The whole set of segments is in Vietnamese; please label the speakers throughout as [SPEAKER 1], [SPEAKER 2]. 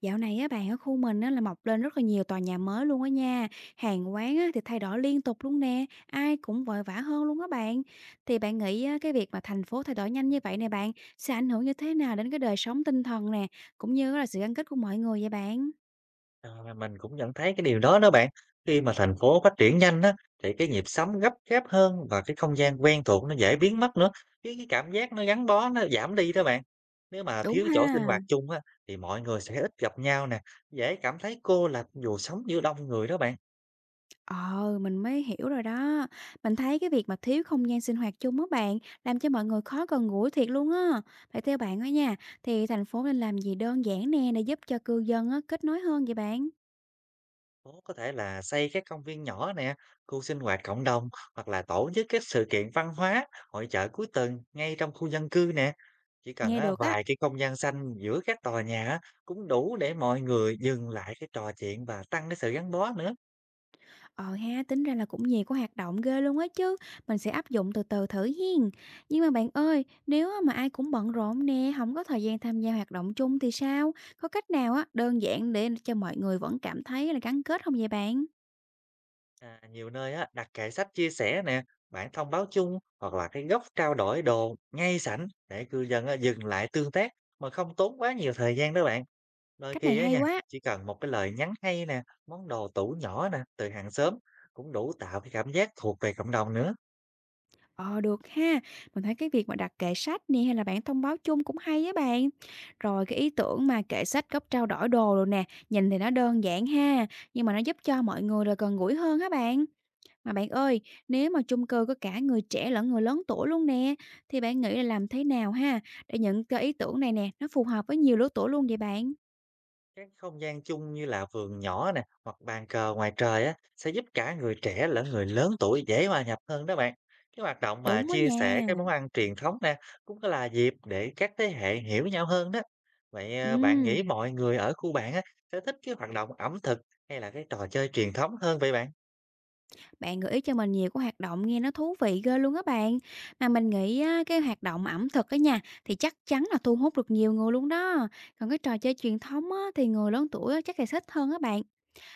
[SPEAKER 1] Dạo này á bạn, ở khu mình á là mọc lên rất là nhiều tòa nhà mới luôn á nha. Hàng quán á thì thay đổi liên tục luôn nè, ai cũng vội vã hơn luôn á bạn. Thì bạn nghĩ á, cái việc mà thành phố thay đổi nhanh như vậy nè bạn, sẽ ảnh hưởng như thế nào đến cái đời sống tinh thần nè, cũng như là sự gắn kết của mọi người vậy bạn?
[SPEAKER 2] À, mình cũng nhận thấy cái điều đó đó bạn. Khi mà thành phố phát triển nhanh á, thì cái nhịp sống gấp gáp hơn và cái không gian quen thuộc nó dễ biến mất nữa. Cái cảm giác nó gắn bó nó giảm đi đó bạn. Nếu mà
[SPEAKER 1] Đúng
[SPEAKER 2] thiếu chỗ sinh
[SPEAKER 1] ha.
[SPEAKER 2] hoạt chung á, thì mọi người sẽ ít gặp nhau nè, dễ cảm thấy cô lập dù sống giữa đông người đó bạn.
[SPEAKER 1] Ờ, mình mới hiểu rồi đó. Mình thấy cái việc mà thiếu không gian sinh hoạt chung á bạn, làm cho mọi người khó gần gũi thiệt luôn á. Phải theo bạn á nha, thì thành phố nên làm gì đơn giản nè để giúp cho cư dân á kết nối hơn vậy bạn?
[SPEAKER 2] Phố có thể là xây các công viên nhỏ nè, khu sinh hoạt cộng đồng hoặc là tổ chức các sự kiện văn hóa, hội chợ cuối tuần ngay trong khu dân cư nè. Chỉ cần
[SPEAKER 1] Nghe
[SPEAKER 2] á,
[SPEAKER 1] được á,
[SPEAKER 2] vài cái không gian xanh giữa các tòa nhà á, cũng đủ để mọi người dừng lại cái trò chuyện và tăng cái sự gắn bó nữa.
[SPEAKER 1] ờ ha, tính ra là cũng nhiều cái hoạt động ghê luôn á chứ, mình sẽ áp dụng từ từ thử hiên. Nhưng mà bạn ơi, nếu á mà ai cũng bận rộn nè, không có thời gian tham gia hoạt động chung thì sao? Có cách nào á, đơn giản để cho mọi người vẫn cảm thấy là gắn kết không vậy bạn?
[SPEAKER 2] À, nhiều nơi á, đặt kệ sách chia sẻ nè, bảng thông báo chung hoặc là cái góc trao đổi đồ ngay sảnh để cư dân á, dừng lại tương tác mà không tốn quá nhiều thời gian đó bạn. Đôi
[SPEAKER 1] Cách này
[SPEAKER 2] khi á
[SPEAKER 1] hay
[SPEAKER 2] nha,
[SPEAKER 1] quá.
[SPEAKER 2] chỉ cần một cái lời nhắn hay nè, món đồ tủ nhỏ nè, từ hàng xóm cũng đủ tạo cái cảm giác thuộc về cộng đồng nữa.
[SPEAKER 1] Ờ, được ha, mình thấy cái việc mà đặt kệ sách nè hay là bảng thông báo chung cũng hay á bạn. Rồi cái ý tưởng mà kệ sách góc trao đổi đồ rồi nè, nhìn thì nó đơn giản ha, nhưng mà nó giúp cho mọi người là gần gũi hơn á bạn. Mà bạn ơi, nếu mà chung cư có cả người trẻ lẫn người lớn tuổi luôn nè, thì bạn nghĩ là làm thế nào ha để những cái ý tưởng này nè nó phù hợp với nhiều lứa tuổi luôn vậy bạn?
[SPEAKER 2] Các không gian chung như là vườn nhỏ nè, hoặc bàn cờ ngoài trời á, sẽ giúp cả người trẻ lẫn người lớn tuổi dễ hòa nhập hơn đó bạn. Cái hoạt động mà
[SPEAKER 1] Đúng đó
[SPEAKER 2] chia sẻ
[SPEAKER 1] nha.
[SPEAKER 2] cái món ăn truyền thống nè, cũng có là dịp để các thế hệ hiểu nhau hơn đó. Vậy à, bạn nghĩ
[SPEAKER 1] Ừm,
[SPEAKER 2] mọi người ở khu bạn á, sẽ thích cái hoạt động ẩm thực hay là cái trò chơi truyền thống hơn vậy bạn?
[SPEAKER 1] bạn gợi ý cho mình nhiều cái hoạt động nghe nó thú vị ghê luôn á bạn. Mà mình nghĩ á, cái hoạt động ẩm thực á nha thì chắc chắn là thu hút được nhiều người luôn đó. Còn cái trò chơi truyền thống á, thì người lớn tuổi á, chắc là thích hơn á bạn.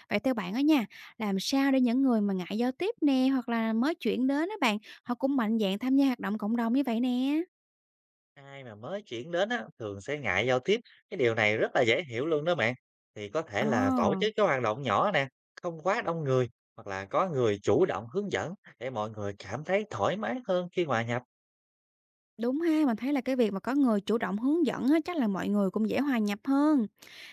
[SPEAKER 1] Vậy theo bạn á nha, làm sao để những người mà ngại giao tiếp nè, hoặc là mới chuyển đến á bạn, họ cũng mạnh dạn tham gia hoạt động cộng đồng như vậy nè?
[SPEAKER 2] Ai mà mới chuyển đến á, thường sẽ ngại giao tiếp, cái điều này rất là dễ hiểu luôn đó bạn. Thì có thể
[SPEAKER 1] Ờ,
[SPEAKER 2] là tổ chức cái hoạt động nhỏ nè, không quá đông người, hoặc là có người chủ động hướng dẫn để mọi người cảm thấy thoải mái hơn khi hòa nhập.
[SPEAKER 1] đúng ha, mình thấy là cái việc mà có người chủ động hướng dẫn á, chắc là mọi người cũng dễ hòa nhập hơn.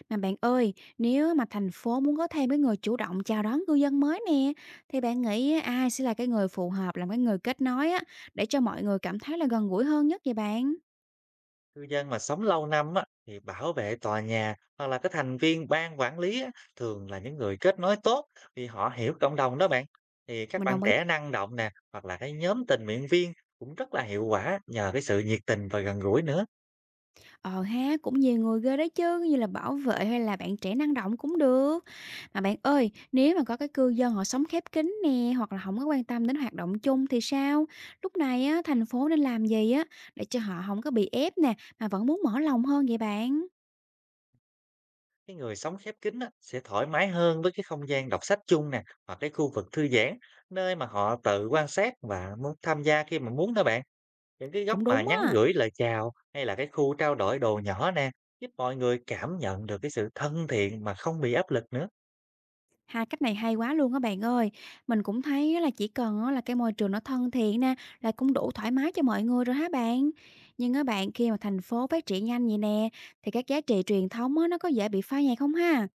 [SPEAKER 1] Mà bạn ơi, nếu mà thành phố muốn có thêm cái người chủ động chào đón cư dân mới nè, thì bạn nghĩ á, ai sẽ là cái người phù hợp làm cái người kết nối á, để cho mọi người cảm thấy là gần gũi hơn nhất vậy bạn?
[SPEAKER 2] Cư dân mà sống lâu năm á, thì bảo vệ tòa nhà hoặc là cái thành viên ban quản lý á, thường là những người kết nối tốt vì họ hiểu cộng đồng đó bạn. Thì các
[SPEAKER 1] Mình
[SPEAKER 2] bạn
[SPEAKER 1] đồng ý.
[SPEAKER 2] trẻ năng động nè, hoặc là cái nhóm tình nguyện viên cũng rất là hiệu quả nhờ cái sự nhiệt tình và gần gũi nữa.
[SPEAKER 1] Ờ ha, cũng nhiều người ghê đấy chứ, như là bảo vệ hay là bạn trẻ năng động cũng được. Mà bạn ơi, nếu mà có cái cư dân họ sống khép kín nè, hoặc là không có quan tâm đến hoạt động chung thì sao? Lúc này á, thành phố nên làm gì á, để cho họ không có bị ép nè, mà vẫn muốn mở lòng hơn vậy bạn?
[SPEAKER 2] Cái người sống khép kín á, sẽ thoải mái hơn với cái không gian đọc sách chung nè, hoặc cái khu vực thư giãn, nơi mà họ tự quan sát và muốn tham gia khi mà muốn đó bạn. Những cái góc
[SPEAKER 1] Cũng
[SPEAKER 2] mà
[SPEAKER 1] đúng
[SPEAKER 2] nhắn
[SPEAKER 1] á.
[SPEAKER 2] gửi lời chào hay là cái khu trao đổi đồ nhỏ nè, giúp mọi người cảm nhận được cái sự thân thiện mà không bị áp lực nữa.
[SPEAKER 1] Hai cách này hay quá luôn á bạn ơi. Mình cũng thấy á là chỉ cần á là cái môi trường nó thân thiện nè, là cũng đủ thoải mái cho mọi người rồi hả bạn? Nhưng á bạn, khi mà thành phố phát triển nhanh vậy nè, thì các giá trị truyền thống á, nó có dễ bị phai nhạt không ha?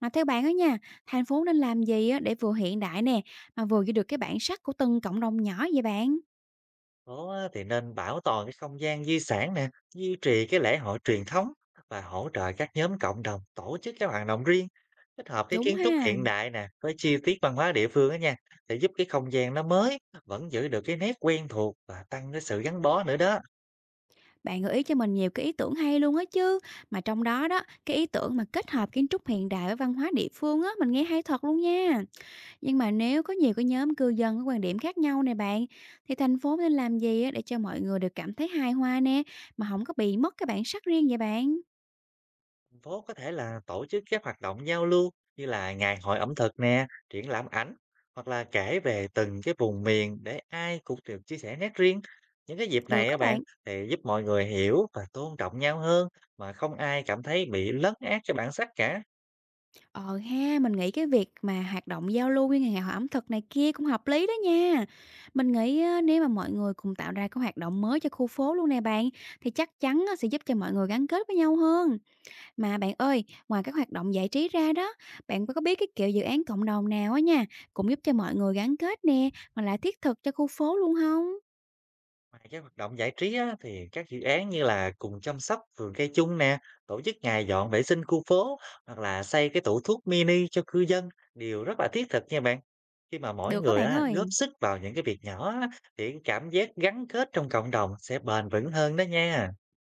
[SPEAKER 1] Mà theo bạn á nha, thành phố nên làm gì á để vừa hiện đại nè, mà vừa giữ được cái bản sắc của từng cộng đồng nhỏ vậy bạn?
[SPEAKER 2] Đó thì nên bảo tồn cái không gian di sản nè, duy trì cái lễ hội truyền thống và hỗ trợ các nhóm cộng đồng tổ chức các hoạt động riêng, kết hợp cái
[SPEAKER 1] Đúng
[SPEAKER 2] kiến trúc
[SPEAKER 1] ha,
[SPEAKER 2] hiện đại nè với chi tiết văn hóa địa phương đó nha, để giúp cái không gian nó mới vẫn giữ được cái nét quen thuộc và tăng cái sự gắn bó nữa đó.
[SPEAKER 1] bạn gợi ý cho mình nhiều cái ý tưởng hay luôn á chứ. Mà trong đó đó, cái ý tưởng mà kết hợp kiến trúc hiện đại với văn hóa địa phương á, mình nghe hay thật luôn nha. Nhưng mà nếu có nhiều cái nhóm cư dân có quan điểm khác nhau nè bạn, thì thành phố nên làm gì á để cho mọi người đều cảm thấy hài hòa nè, mà không có bị mất cái bản sắc riêng vậy bạn?
[SPEAKER 2] Thành phố có thể là tổ chức các hoạt động giao lưu như là ngày hội ẩm thực nè, triển lãm ảnh hoặc là kể về từng cái vùng miền để ai cũng được chia sẻ nét riêng. Những cái dịp
[SPEAKER 1] Được
[SPEAKER 2] này á
[SPEAKER 1] các
[SPEAKER 2] bạn
[SPEAKER 1] bạn.
[SPEAKER 2] thì giúp mọi người hiểu và tôn trọng nhau hơn mà không ai cảm thấy bị lấn át cái bản sắc cả.
[SPEAKER 1] Ờ ha, mình nghĩ cái việc mà hoạt động giao lưu với ngày hội ẩm thực này kia cũng hợp lý đó nha. Mình nghĩ á, nếu mà mọi người cùng tạo ra cái hoạt động mới cho khu phố luôn nè bạn, thì chắc chắn á, sẽ giúp cho mọi người gắn kết với nhau hơn. Mà bạn ơi, ngoài các hoạt động giải trí ra đó, bạn có biết cái kiểu dự án cộng đồng nào á nha, cũng giúp cho mọi người gắn kết nè, mà lại thiết thực cho khu phố luôn không?
[SPEAKER 2] Ngoài các hoạt động giải trí á, thì các dự án như là cùng chăm sóc vườn cây chung nè, tổ chức ngày dọn vệ sinh khu phố hoặc là xây cái tủ thuốc mini cho cư dân đều rất là thiết thực nha bạn. Khi mà mỗi
[SPEAKER 1] Được các
[SPEAKER 2] người
[SPEAKER 1] bạn
[SPEAKER 2] á, góp
[SPEAKER 1] ơi,
[SPEAKER 2] sức vào những cái việc nhỏ á, thì cái cảm giác gắn kết trong cộng đồng sẽ bền vững hơn đó nha.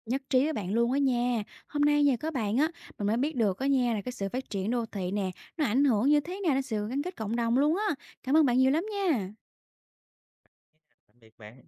[SPEAKER 1] nhất trí với bạn luôn á nha. Hôm nay nhờ có bạn á, mình mới biết được á nha là cái sự phát triển đô thị nè, nó ảnh hưởng như thế nào đến sự gắn kết cộng đồng luôn á. Cảm ơn bạn nhiều lắm nha.
[SPEAKER 2] Tạm biệt bạn.